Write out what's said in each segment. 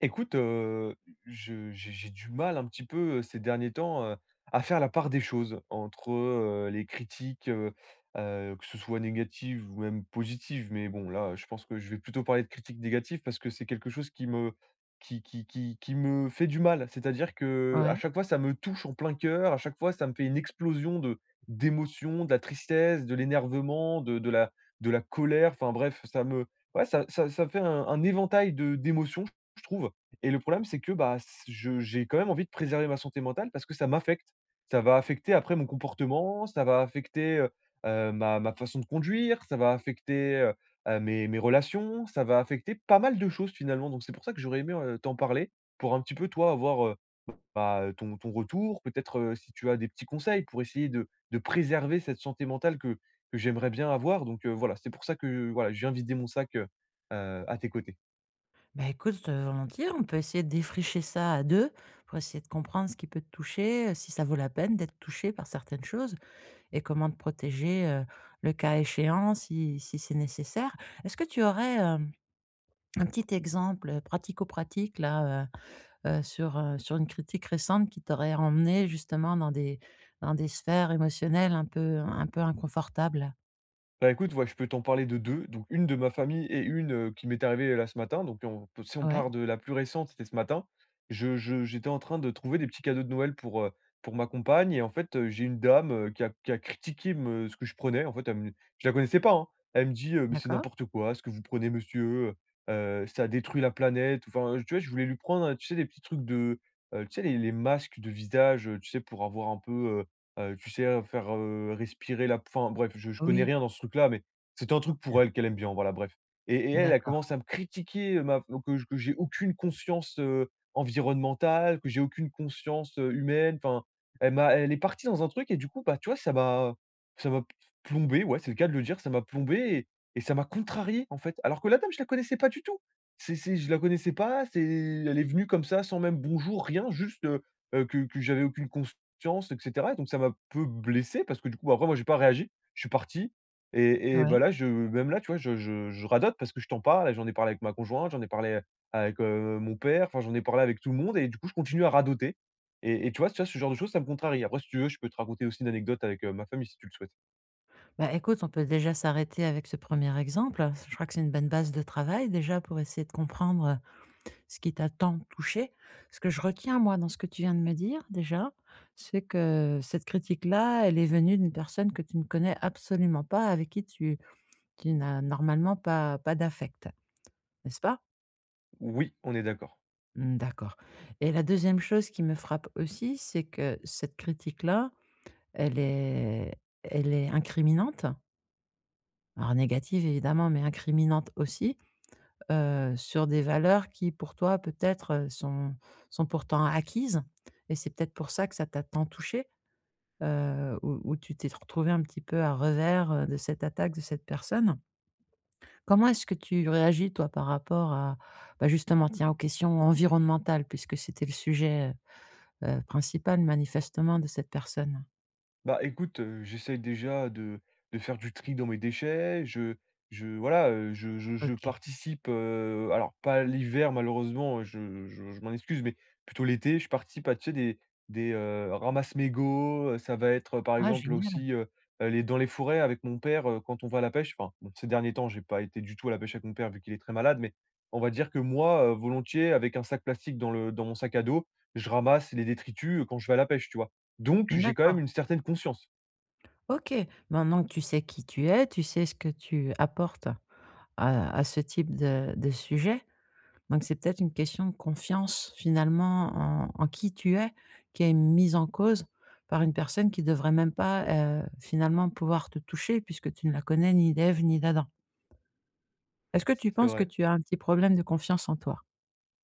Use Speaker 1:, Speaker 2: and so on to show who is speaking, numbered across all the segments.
Speaker 1: Écoute, je j'ai du mal un petit peu, ces derniers temps, à faire la part des choses entre, les critiques, que ce soit négatives ou même positives. Mais bon, là, je pense que je vais plutôt parler de critiques négatives parce que c'est quelque chose qui me fait du mal. C'est-à-dire que à
Speaker 2: Ouais.
Speaker 1: chaque fois, ça me touche en plein cœur, à chaque fois, ça me fait une explosion de d'émotions, de la tristesse, de l'énervement, de la colère. Enfin bref, ça me ouais, ça fait un éventail de d'émotions, je trouve. Et le problème, c'est que, bah, s je j'ai quand même envie de préserver ma santé mentale parce que ça m'affecte. Ça va affecter après mon comportement, ça va affecter, ma façon de conduire, ça va affecter, mes relations, ça va affecter pas mal de choses finalement. Donc c'est pour ça que j'aurais aimé, t'en parler pour un petit peu toi avoir, bah, ton retour, peut-être, si tu as des petits conseils pour essayer de préserver cette santé mentale que j'aimerais bien avoir. Donc, voilà, c'est pour ça que, voilà, je viens vider mon sac, à tes côtés.
Speaker 2: Bah, écoute, volontiers, on peut essayer de défricher ça à 2 pour essayer de comprendre ce qui peut te toucher, si ça vaut la peine d'être touché par certaines choses et comment te protéger, le cas échéant si c'est nécessaire. Est-ce que tu aurais, un petit exemple, pratico-pratique là, sur, sur une critique récente qui t'aurait emmené justement dans des sphères émotionnelles un peu inconfortables?
Speaker 1: Bah, écoute, ouais, je peux t'en parler de 2. Donc une de ma famille et une, qui m'est arrivée, là, ce matin. Donc on peut si on
Speaker 2: Ouais,
Speaker 1: part de la plus récente, c'était ce matin. Je j'étais en train de trouver des petits cadeaux de Noël pour ma compagne et en fait, j'ai une dame, qui a critiqué me ce que je prenais. En fait, elle me je la connaissais pas, hein. Elle me dit: «Mais c'est
Speaker 2: d'accord.
Speaker 1: n'importe quoi ce que vous prenez monsieur, heu, ça détruit la planète». Enfin, tu vois, je voulais lui prendre, tu sais, des petits trucs de, tu sais, les masques de visage, tu sais, pour avoir un peu. Tu sais, faire, respirer la p enfin bref, je connais
Speaker 2: Oui,
Speaker 1: rien dans ce truc-là, mais c'était un truc pour elle qu'elle aime bien, voilà, bref. Et elle, elle
Speaker 2: d'accord.
Speaker 1: commence à me critiquer, ma que j'ai aucune conscience, environnementale, que j'ai aucune conscience, humaine, enfin, elle est partie dans un truc et du coup, bah, tu vois, ça m'a plombé, ouais, c'est le cas de le dire, ça m'a plombé et ça m'a contrarié, en fait. Alors que la dame, je la connaissais pas du tout. C'est Je la connaissais pas, c'est elle est venue comme ça sans même bonjour, rien, juste, que j'avais aucune conscience confiance et cetera. Et donc ça m'a peu blessé parce que du coup, bah, après moi j'ai pas réagi, je suis parti. Et
Speaker 2: Ouais.
Speaker 1: bah, là, je même là, tu vois, je radote parce que je t'en parle, j'en ai parlé avec ma conjointe, j'en ai parlé avec, mon père, enfin j'en ai parlé avec tout le monde et du coup, je continue à radoter. Et tu vois? Tu vois? Ce genre de choses, ça me contrarie. Après si tu veux, je peux te raconter aussi une anecdote avec, ma famille si tu le souhaites.
Speaker 2: Bah, écoute, on peut déjà s'arrêter avec ce premier exemple. Je crois que c'est une bonne base de travail déjà pour essayer de comprendre ce qui t'a tant touché. Ce que je retiens, moi, dans ce que tu viens de me dire déjà, c'est que cette critique-là, elle est venue d'une personne que tu ne connais absolument pas, avec qui tu, tu n'as normalement pas, pas d'affect, n'est-ce pas?
Speaker 1: Oui, on est d'accord.
Speaker 2: Hmm. D'accord. Et la deuxième chose qui me frappe aussi, c'est que cette critique-là, elle est, elle est incriminante. Alors négative évidemment, mais incriminante aussi sur des valeurs qui pour toi peut-être, sont sont pourtant acquises et c'est peut-être pour ça que ça t'a tant touché, où tu t'es retrouvé un petit peu à revers, de cette attaque de cette personne. Comment est-ce que tu réagis toi par rapport à, bah, justement tiens aux questions environnementales puisque c'était le sujet, principal manifestement de cette personne?
Speaker 1: Bah, écoute, j'essaye déjà de faire du tri dans mes déchets. Je Voilà, je
Speaker 2: OK.
Speaker 1: participe, alors pas l'hiver malheureusement, je m'en excuse, mais plutôt l'été, je participe à, tu sais, des, ramasse-mégots, ça va être, par
Speaker 2: Ah
Speaker 1: exemple
Speaker 2: génial.
Speaker 1: aussi, les dans les forêts avec mon père, quand on va à la pêche. Enfin, bon, ces derniers temps, j'ai pas été du tout à la pêche avec mon père vu qu'il est très malade, mais on va dire que moi, volontiers avec un sac plastique dans mon sac à dos, je ramasse les détritus, quand je vais à la pêche, tu vois? Donc j'ai quand même
Speaker 2: D'accord.
Speaker 1: une certaine conscience.
Speaker 2: OK. Maintenant que tu sais qui tu es, tu sais ce que tu apportes à ce type de sujet. Donc c'est peut-être une question de confiance finalement en en qui tu es, qui est mise en cause par une personne qui devrait même pas, finalement pouvoir te toucher puisque tu ne la connais ni d'Ève ni d'Adam. Est-ce que tu
Speaker 1: C'est
Speaker 2: penses que
Speaker 1: vrai.
Speaker 2: tu as un petit problème de confiance en toi?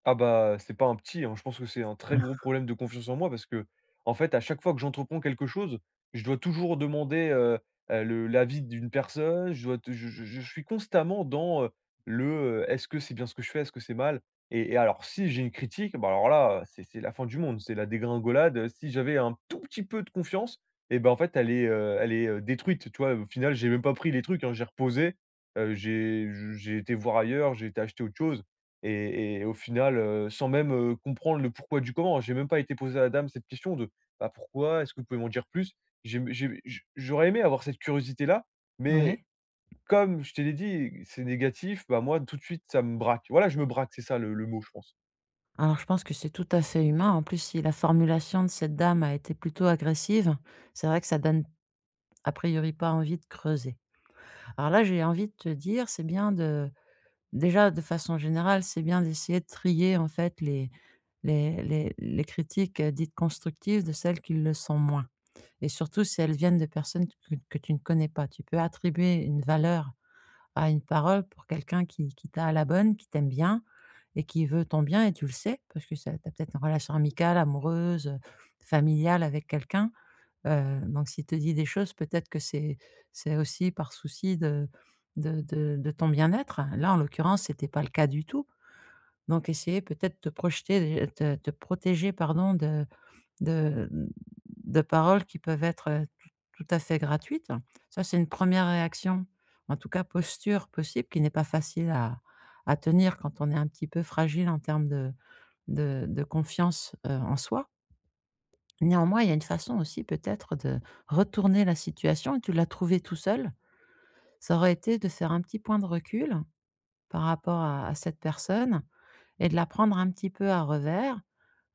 Speaker 1: Ah bah, c'est pas un petit, hein. Je pense que c'est un très gros
Speaker 2: Ah.
Speaker 1: problème de confiance en moi parce que en fait, à chaque fois que j'entreprends quelque chose, je dois toujours demander, le l'avis d'une personne, je dois te je suis constamment dans, le, «Est-ce que c'est bien ce que je fais? Est-ce que c'est mal?» Et alors si j'ai une critique, bah, alors là, c'est la fin du monde, c'est la dégringolade, si j'avais un tout petit peu de confiance et ben en fait, elle est, détruite, tu vois? Au final, j'ai même pas pris les trucs, hein, j'ai reposé, heu, j'ai j'ai été voir ailleurs, j'ai été acheter autre chose. Et au final, sans même, comprendre le pourquoi du comment, j'ai même pas été posé à la dame cette question de: «Bah, pourquoi? Est-ce que vous pouvez m'en dire plus?» J'aurais aimé avoir cette curiosité-là, mais
Speaker 2: Ouais,
Speaker 1: comme je te l'ai dit, c'est négatif, bah, moi, tout de suite, ça me braque. Voilà, je me braque, c'est ça le mot, je pense.
Speaker 2: alors je pense que c'est tout à fait humain. En plus, si la formulation de cette dame a été plutôt agressive, c'est vrai que ça donne a priori pas envie de creuser. Alors là, j'ai envie de te dire, c'est bien de déjà, de façon générale, c'est bien d'essayer de trier, en fait, les critiques, dites constructives de celles qui le sont moins et surtout si elles viennent de personnes que tu ne connais pas. Tu peux attribuer une valeur à une parole pour quelqu'un qui t'a à la bonne, qui t'aime bien et qui veut ton bien et tu le sais parce que tu as peut-être une relation amicale, amoureuse, familiale avec quelqu'un. Donc s'il te dit des choses, peut-être que c'est aussi par souci de ton bien-être. Là, en l'occurrence, c'était pas le cas du tout. Donc essayer peut-être de te projeter de te protéger, pardon, de de paroles qui peuvent être, tout à fait gratuites. Ça, c'est une première réaction, en tout cas posture possible qui n'est pas facile à tenir quand on est un petit peu fragile en termes de confiance, en soi. Néanmoins, il y a une façon aussi peut-être de retourner la situation et tu l'as trouvé tout seul. Ça aurait été de faire un petit point de recul par rapport à cette personne et de la prendre un petit peu à revers.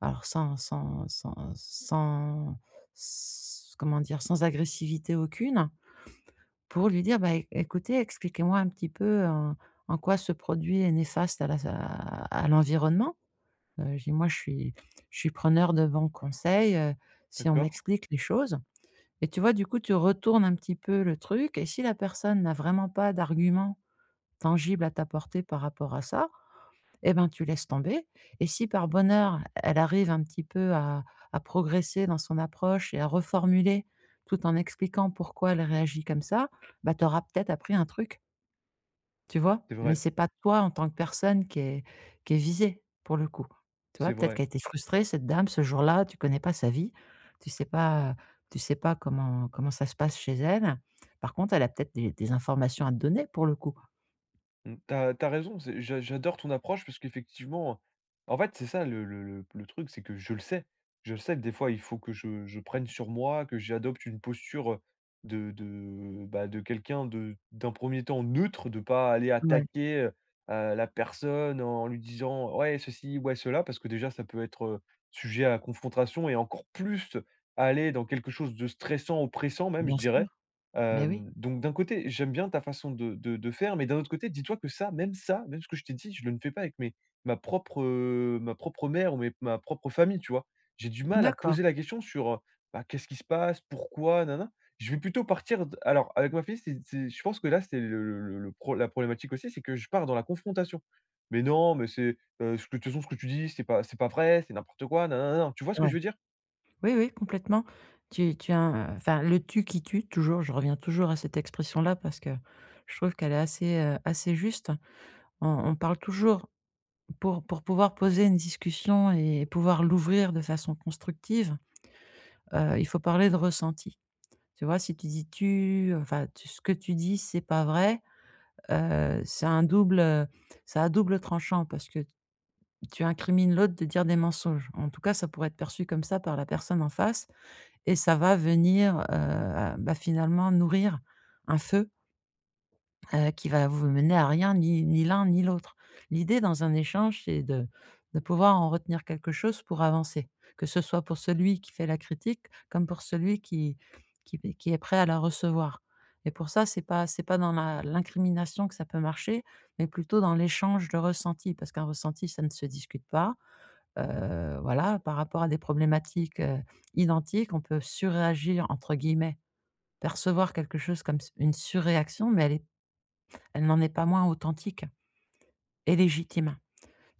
Speaker 2: Alors comment dire, sans agressivité aucune, pour lui dire, bah, écoutez, expliquez-moi un petit peu en, en quoi ce produit est néfaste à à l'environnement. Je dis, moi, je suis preneur de bons conseils si on
Speaker 1: D'accord?
Speaker 2: m'explique les choses. Et tu vois, du coup, tu retournes un petit peu le truc et si la personne n'a vraiment pas d'argument tangible à t'apporter par rapport à ça, eh ben, tu laisses tomber et si par bonheur, elle arrive un petit peu à progresser dans son approche et à reformuler tout en expliquant pourquoi elle réagit comme ça, bah, tu auras peut-être appris un truc. Tu vois?
Speaker 1: C'est
Speaker 2: Mais
Speaker 1: vrai,
Speaker 2: c'est pas toi en tant que personne qui est visée pour le coup. Tu vois?
Speaker 1: c'est
Speaker 2: Peut-être
Speaker 1: vrai.
Speaker 2: qu'elle a été frustrée cette dame ce jour-là, tu connais pas sa vie, tu sais pas tu sais pas comment ça se passe chez elle. Par contre, elle a peut-être des informations à te donner pour le coup.
Speaker 1: Mmh, t'as as raison, c'est j'adore ton approche parce qu'effectivement, en fait, c'est ça le truc, c'est que je le sais. Je le sais que des fois, il faut que je prenne sur moi, que j'adopte une posture, de, bah, de quelqu'un de d'un premier temps neutre, de pas aller
Speaker 2: Ouais,
Speaker 1: attaquer, la personne en lui disant: «Ouais, ceci, ouais, cela», parce que déjà ça peut être, sujet à confrontation et encore plus aller dans quelque chose de stressant, oppressant même, je
Speaker 2: bien sûr,
Speaker 1: dirais.
Speaker 2: mais oui.
Speaker 1: Donc d'un côté, j'aime bien ta façon de faire, mais d'un autre côté, dis-toi que ça, même ce que je t'ai dit, je le ne fais pas avec mes ma propre mère ou mes ma propre famille, tu vois? J'ai du mal à
Speaker 2: D'accord,
Speaker 1: poser la question sur, bah, qu'est-ce qui se passe? Pourquoi? Nin nin. Je vais plutôt partir d alors avec ma fille, c'est je pense que là, c'est le pro la problématique aussi, c'est que je pars dans la confrontation. «Mais non, mais c'est, ce que de toute façon, ce que tu dis, c'est pas vrai, c'est n'importe quoi, nin nin.» Tu vois ce que
Speaker 2: ouais.
Speaker 1: je veux dire?
Speaker 2: Oui, oui, complètement. Tu as un enfin le «tu qui tue» toujours, je reviens toujours à cette expression-là parce que je trouve qu'elle est assez, assez juste. On parle toujours. Pour pouvoir poser une discussion et pouvoir l'ouvrir de façon constructive, il faut parler de ressenti. Tu vois? Si tu dis «tu», enfin, tu ce que tu dis, c'est pas vrai, c'est un double, c'est à double tranchant parce que tu incrimines l'autre de dire des mensonges. En tout cas, ça pourrait être perçu comme ça par la personne en face et ça va venir, bah, finalement nourrir un feu, qui va vous mener à rien, ni l'un ni l'autre. L'idée dans un échange, c'est de pouvoir en retenir quelque chose pour avancer, que ce soit pour celui qui fait la critique comme pour celui qui est prêt à la recevoir et pour ça, c'est pas dans la l'incrimination que ça peut marcher, mais plutôt dans l'échange de ressentis parce qu'un ressenti, ça ne se discute pas. Voilà, par rapport à des problématiques, identiques, on peut «surréagir» entre guillemets, percevoir quelque chose comme s une surréaction, mais elle n'en est pas moins authentique et légitime.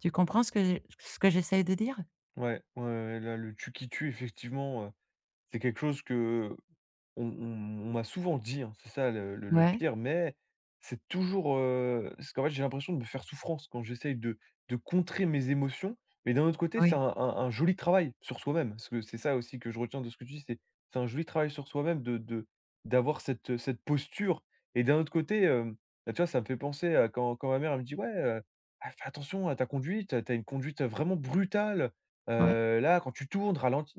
Speaker 2: Tu comprends ce que j'essaye de dire?
Speaker 1: Ouais, ouais, ouais, là, le «tu qui tue», effectivement, c'est quelque chose que on m'a souvent dit, hein, c'est ça le
Speaker 2: Ouais,
Speaker 1: pire, mais c'est toujours, parce qu'en fait, j'ai l'impression de me faire souffrance quand j'essaye de contrer mes émotions, mais d'un autre côté, c'est
Speaker 2: oui,
Speaker 1: un joli travail sur soi-même. Parce que c'est ça aussi que je retiens de ce que tu dis, c'est un joli travail sur soi-même de d'avoir cette posture et d'un autre côté, bah, tu vois, ça me fait penser à quand ma mère elle me dit: «Ouais, ah, fais attention à ta conduite, tu une conduite vraiment brutale,
Speaker 2: oui.
Speaker 1: là, quand tu tournes, ralentis»,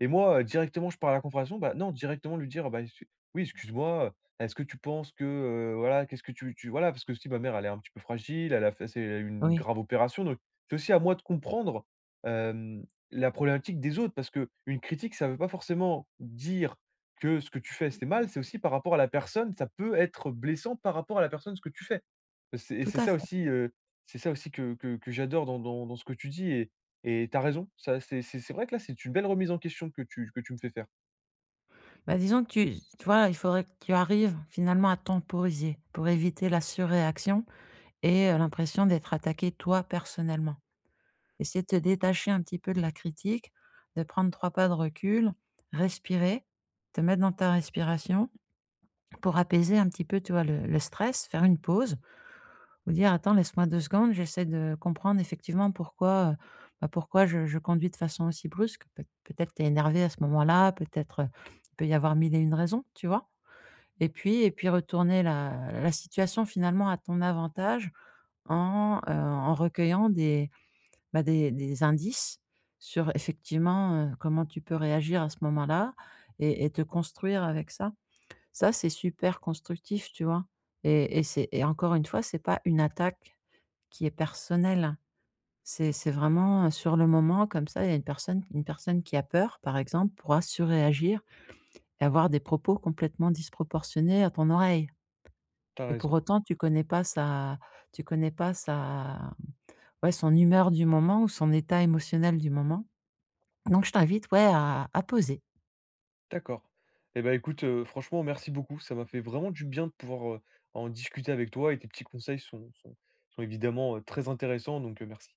Speaker 1: et moi, directement, je parle à la confrontation, bah, non, directement lui dire: «Ah, bah, excu oui, excuse-moi, est-ce que tu penses que, voilà, qu'est-ce que tu» voilà, parce que aussi ma mère, elle est un petit peu fragile, elle a fait c'est une
Speaker 2: Oui,
Speaker 1: grave opération, donc c'est aussi à moi de comprendre, hem, la problématique des autres. Parce que une critique, ça veut pas forcément dire que ce que tu fais, c'est mal, c'est aussi par rapport à la personne, ça peut être blessant par rapport à la personne, ce que tu fais. C'est Et
Speaker 2: tout à fait.
Speaker 1: c'est ça aussi que j'adore dans ce que tu dis et t'as raison, ça c'est vrai que là, c'est une belle remise en question que tu me fais faire.
Speaker 2: Bah, disons que tu vois, il faudrait que tu arrives finalement à temporiser pour éviter la surréaction et l'impression d'être attaqué toi personnellement. Essayer de te détacher un petit peu de la critique, de prendre 3 pas de recul, respirer, te mettre dans ta respiration pour apaiser un petit peu, tu vois, le stress, faire une pause ou dire: «Attends, laisse-moi 2 secondes, j'essaie de comprendre effectivement pourquoi, bah, pourquoi je conduis de façon aussi brusque». Peut-être t'es énervé à ce moment-là, peut-être, il peut y avoir 1000 et une raisons, tu vois? Et puis retourner la situation finalement à ton avantage en, en recueillant des, bah, des indices sur effectivement, comment tu peux réagir à ce moment-là et te construire avec ça. Ça, c'est super constructif, tu vois? Et c'est et encore une fois, c'est pas une attaque. Qui est personnel. C'est vraiment, sur le moment comme ça, il y a une personne qui a peur, par exemple, pourra surréagir et avoir des propos complètement disproportionnés à ton oreille
Speaker 1: T'as
Speaker 2: et pour
Speaker 1: raison.
Speaker 2: autant tu connais pas sa ouais, son humeur du moment ou son état émotionnel du moment donc je t'invite, ouais, à poser.
Speaker 1: D'accord. Et ben écoute, franchement merci beaucoup. Ça m'a fait vraiment du bien de pouvoir, en discuter avec toi et tes petits conseils sont évidemment, très intéressants donc, merci.